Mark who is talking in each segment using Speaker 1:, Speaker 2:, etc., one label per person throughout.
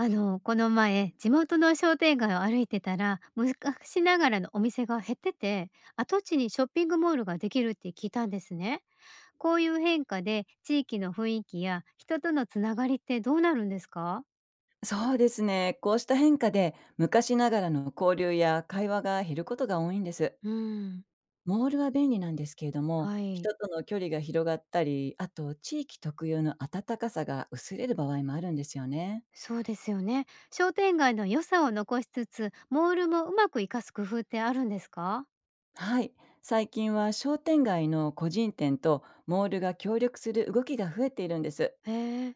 Speaker 1: この前、地元の商店街を歩いてたら、昔ながらのお店が減ってて、跡地にショッピングモールができるって聞いたんですね。こういう変化で、地域の雰囲気や人とのつながりってどうなるんですか？
Speaker 2: そうですね。こうした変化で昔ながらの交流や会話が減ることが多いんです。
Speaker 1: うん、
Speaker 2: モールは便利なんですけれども、
Speaker 1: はい、
Speaker 2: 人との距離が広がったり、あと地域特有の温かさが薄れる場合もあるんですよね。
Speaker 1: そうですよね。商店街の良さを残しつつ、モールもうまく活かす工夫ってあるんですか？
Speaker 2: はい。最近は商店街の個人店とモールが協力する動きが増えているんです。
Speaker 1: へえ、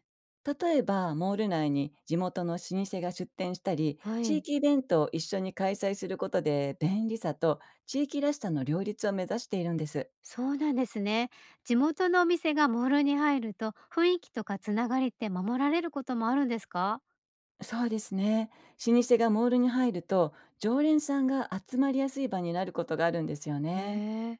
Speaker 2: 例えば、モール内に地元の老舗が出店したり、
Speaker 1: は
Speaker 2: 地
Speaker 1: い。
Speaker 2: 域イベントを一緒に開催することで便利さと地域らしさの両立を目指しているんです。
Speaker 1: そうなんですね。地元のお店がモールに入ると雰囲気とかつながりって守られることもあるんですか？
Speaker 2: そうですね。老舗がモールに入ると、常連さんが集まりやすい場になることがあるんですよ
Speaker 1: へ
Speaker 2: ね。
Speaker 1: え、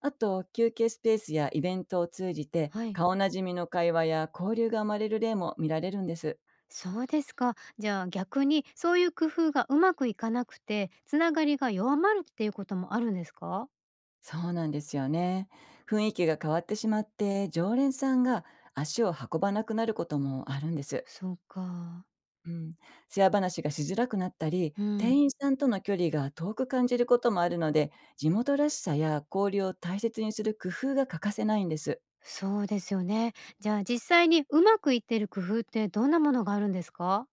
Speaker 2: あと、休憩スペースやイベントを通じて、
Speaker 1: はい。
Speaker 2: 顔なじみの会話や交流が生まれる例も見られるんです。
Speaker 1: そうですか。じゃあ逆にそういう工夫がうまくいかなくてつながりが弱まるっていうこともあるんですか？
Speaker 2: そうなんですよね。雰囲気が変わってしまって、常連さんが足を運ばなくなることもあるんです。
Speaker 1: そうか。
Speaker 2: うん、シェア話がしづらくなったり、
Speaker 1: うん。
Speaker 2: 店員さんとの距離が遠く感じることもあるので、地元らしさや交流を大切にする工夫が欠かせないんです。
Speaker 1: そうですよね。じゃあ実際にうまくいってる工夫ってどんなものがあるんですか？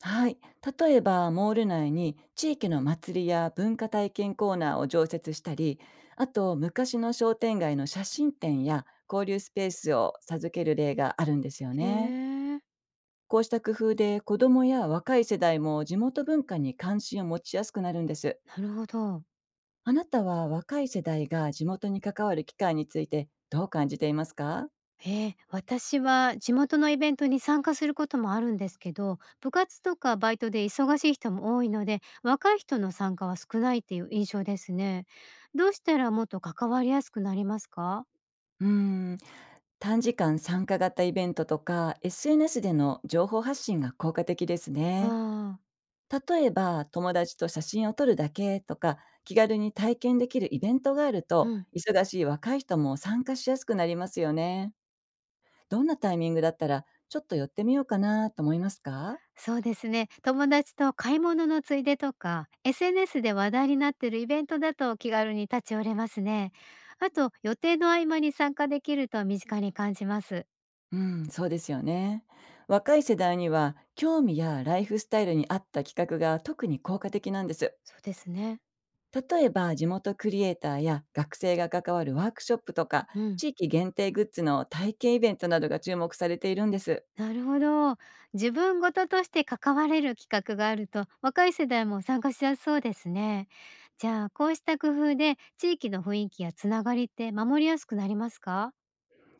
Speaker 2: はい。例えば、モール内に地域の祭りや文化体験コーナーを常設したり、あと、昔の商店街の写真展や交流スペースを授ける例があるんですよ
Speaker 1: へ
Speaker 2: ね。
Speaker 1: え。
Speaker 2: こうした工夫で子どもや若い世代も地元文化に関心を持ちやすくなるんです。
Speaker 1: なるほど。
Speaker 2: あなたは若い世代が地元に関わる機会についてどう感じていますか？
Speaker 1: ええ、私は地元のイベントに参加することもあるんですけど、部活とかバイトで忙しい人も多いので、若い人の参加は少ないっていう印象ですね。どうしたらもっと関わりやすくなりますか？
Speaker 2: うーん、短時間参加型イベントとか SNS での情報発信が効果的です
Speaker 1: あ
Speaker 2: ね。
Speaker 1: あ、
Speaker 2: 例えば、友達と写真を撮るだけとか、気軽に体験できるイベントがある
Speaker 1: う
Speaker 2: と、
Speaker 1: ん。
Speaker 2: 忙しい若い人も参加しやすくなりますよね。どんなタイミングだったらちょっと寄ってみようかなと思いますか？
Speaker 1: そうですね。友達と買い物のついでとか、SNS で話題になってるイベントだと気軽に立ち寄れますね。あと、予定の合間に参加できると身近に感じます。
Speaker 2: うん、そうですよね。若い世代には興味やライフスタイルに合った企画が特に効果的なんです。
Speaker 1: そうですね。
Speaker 2: 例えば、地元クリエイターや学生が関わるワークショップとか、
Speaker 1: うん。
Speaker 2: 地域限定グッズの体験イベントなどが注目されているんです。
Speaker 1: なるほど。自分事ととして関われる企画があると、若い世代も参加しやすそうですね。じゃあ、こうした工夫で地域の雰囲気やつながりって守りやすくなりますか？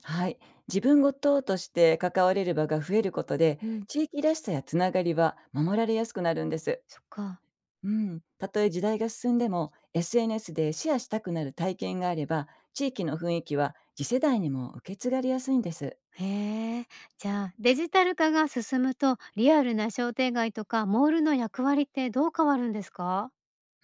Speaker 2: はい。自分ごととして関われる場が増えることで、
Speaker 1: うん、
Speaker 2: 地域らしさやつながりは守られやすくなるんです。
Speaker 1: そっか。
Speaker 2: うん、たとえ時代が進んでも、 SNS でシェアしたくなる体験があれば、地域の雰囲気は次世代にも受け継がれやすいんです。
Speaker 1: へえ。じゃあ、デジタル化が進むと、リアルな商店街とかモールの役割ってどう変わるんですか？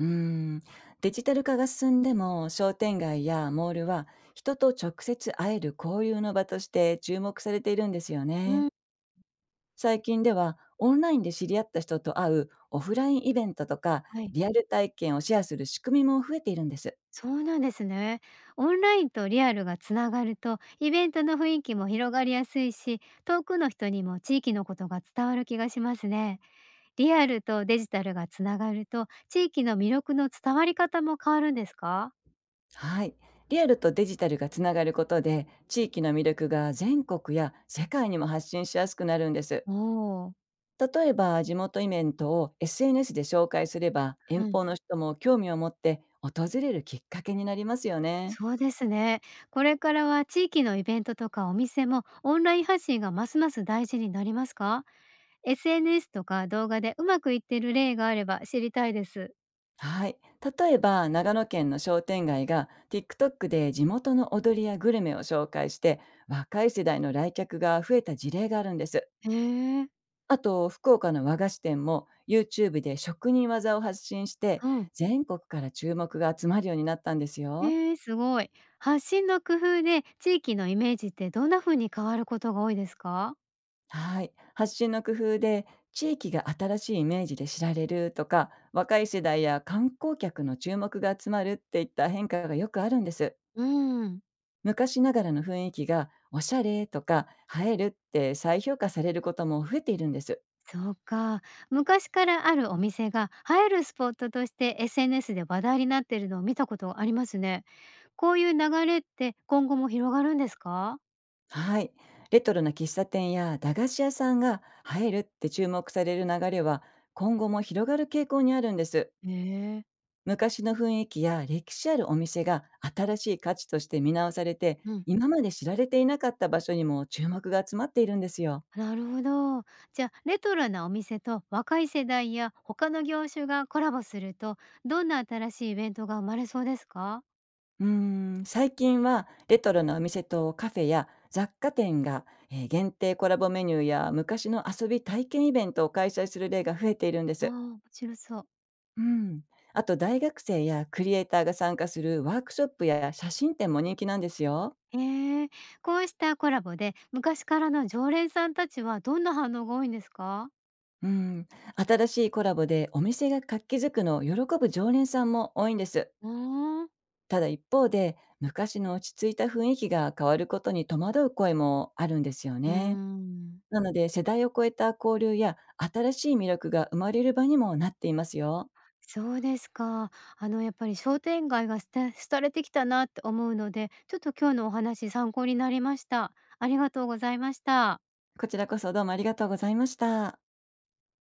Speaker 2: うん、デジタル化が進んでも、商店街やモールは人と直接会える交流の場として注目されているんですよ
Speaker 1: うん、
Speaker 2: ね。最近ではオンラインで知り合った人と会うオフラインイベントとか、
Speaker 1: はい。
Speaker 2: リアル体験をシェアする仕組みも増えているんです。
Speaker 1: そうなんですね。オンラインとリアルがつながると、イベントの雰囲気も広がりやすいし、遠くの人にも地域のことが伝わる気がしますね。リアルとデジタルがつながると、地域の魅力の伝わり方も変わるんですか？
Speaker 2: はい。リアルとデジタルがつながることで、地域の魅力が全国や世界にも発信しやすくなるんです。
Speaker 1: おおー、
Speaker 2: 例えば、地元イベントを SNS で紹介すれば、
Speaker 1: う
Speaker 2: 遠
Speaker 1: ん、
Speaker 2: 方の人も興味を持って訪れるきっかけになりますよね。
Speaker 1: そうですね。これからは地域のイベントとかお店もオンライン発信がますます大事になりますか ?SNS とか動画でうまくいってる例があれば知りたいです。
Speaker 2: はい。例えば、長野県の商店街が TikTok で地元の踊りやグルメを紹介して、若い世代の来客が増えた事例があるんです。
Speaker 1: へえ、
Speaker 2: あと、福岡の和菓子店も YouTube で職人技を発信して、
Speaker 1: うん。
Speaker 2: 全国から注目が集まるようになったんですよ。
Speaker 1: ええ、すごい。発信の工夫で地域のイメージってどんな風に変わることが多いですか？
Speaker 2: はい。発信の工夫で、地域が新しいイメージで知られるとか、若い世代や観光客の注目が集まるっていった変化がよくあるんです。
Speaker 1: うん。
Speaker 2: 昔ながらの雰囲気が、おしゃれとか、映えるって再評価されることも増えているんです。
Speaker 1: そうか。昔からあるお店が映えるスポットとして SNS で話題になってるのを見たことありますね。こういう流れって今後も広がるんですか？
Speaker 2: はい。レトロな喫茶店や駄菓子屋さんが入るって注目される流れは、今後も広がる傾向にあるんです。
Speaker 1: へえー。
Speaker 2: 昔の雰囲気や歴史あるお店が新しい価値として見直されて、
Speaker 1: うん。
Speaker 2: 今まで知られていなかった場所にも注目が集まっているんですよ。
Speaker 1: なるほど。じゃあ、レトロなお店と若い世代や他の業種がコラボすると、どんな新しいイベントが生まれそうですか？
Speaker 2: うーん、最近はレトロなお店とカフェや雑貨店が、限定コラボメニューや昔の遊び体験イベントを開催する例が増えているんで
Speaker 1: ああー、
Speaker 2: す。
Speaker 1: 面白そう。
Speaker 2: うん。あと、大学生やクリエイターが参加するワークショップや写真展も人気なんですよ。
Speaker 1: ええ、こうしたコラボで昔からの常連さんたちはどんな反応が多いんですか？
Speaker 2: うん。新しいコラボでお店が活気づくのを喜ぶ常連さんも多いんです。
Speaker 1: うーん。
Speaker 2: ただ、一方で昔の落ち着いた雰囲気が変わることに戸惑う声もあるんですよ
Speaker 1: うー
Speaker 2: ね。
Speaker 1: ん、
Speaker 2: なので、世代を超えた交流や新しい魅力が生まれる場にもなっていますよ。
Speaker 1: そうですか。やっぱり商店街が廃れてきたなって思うので、ちょっと今日のお話参考になりました。ありがとうございました。
Speaker 2: こちらこそ、どうもありがとうございました。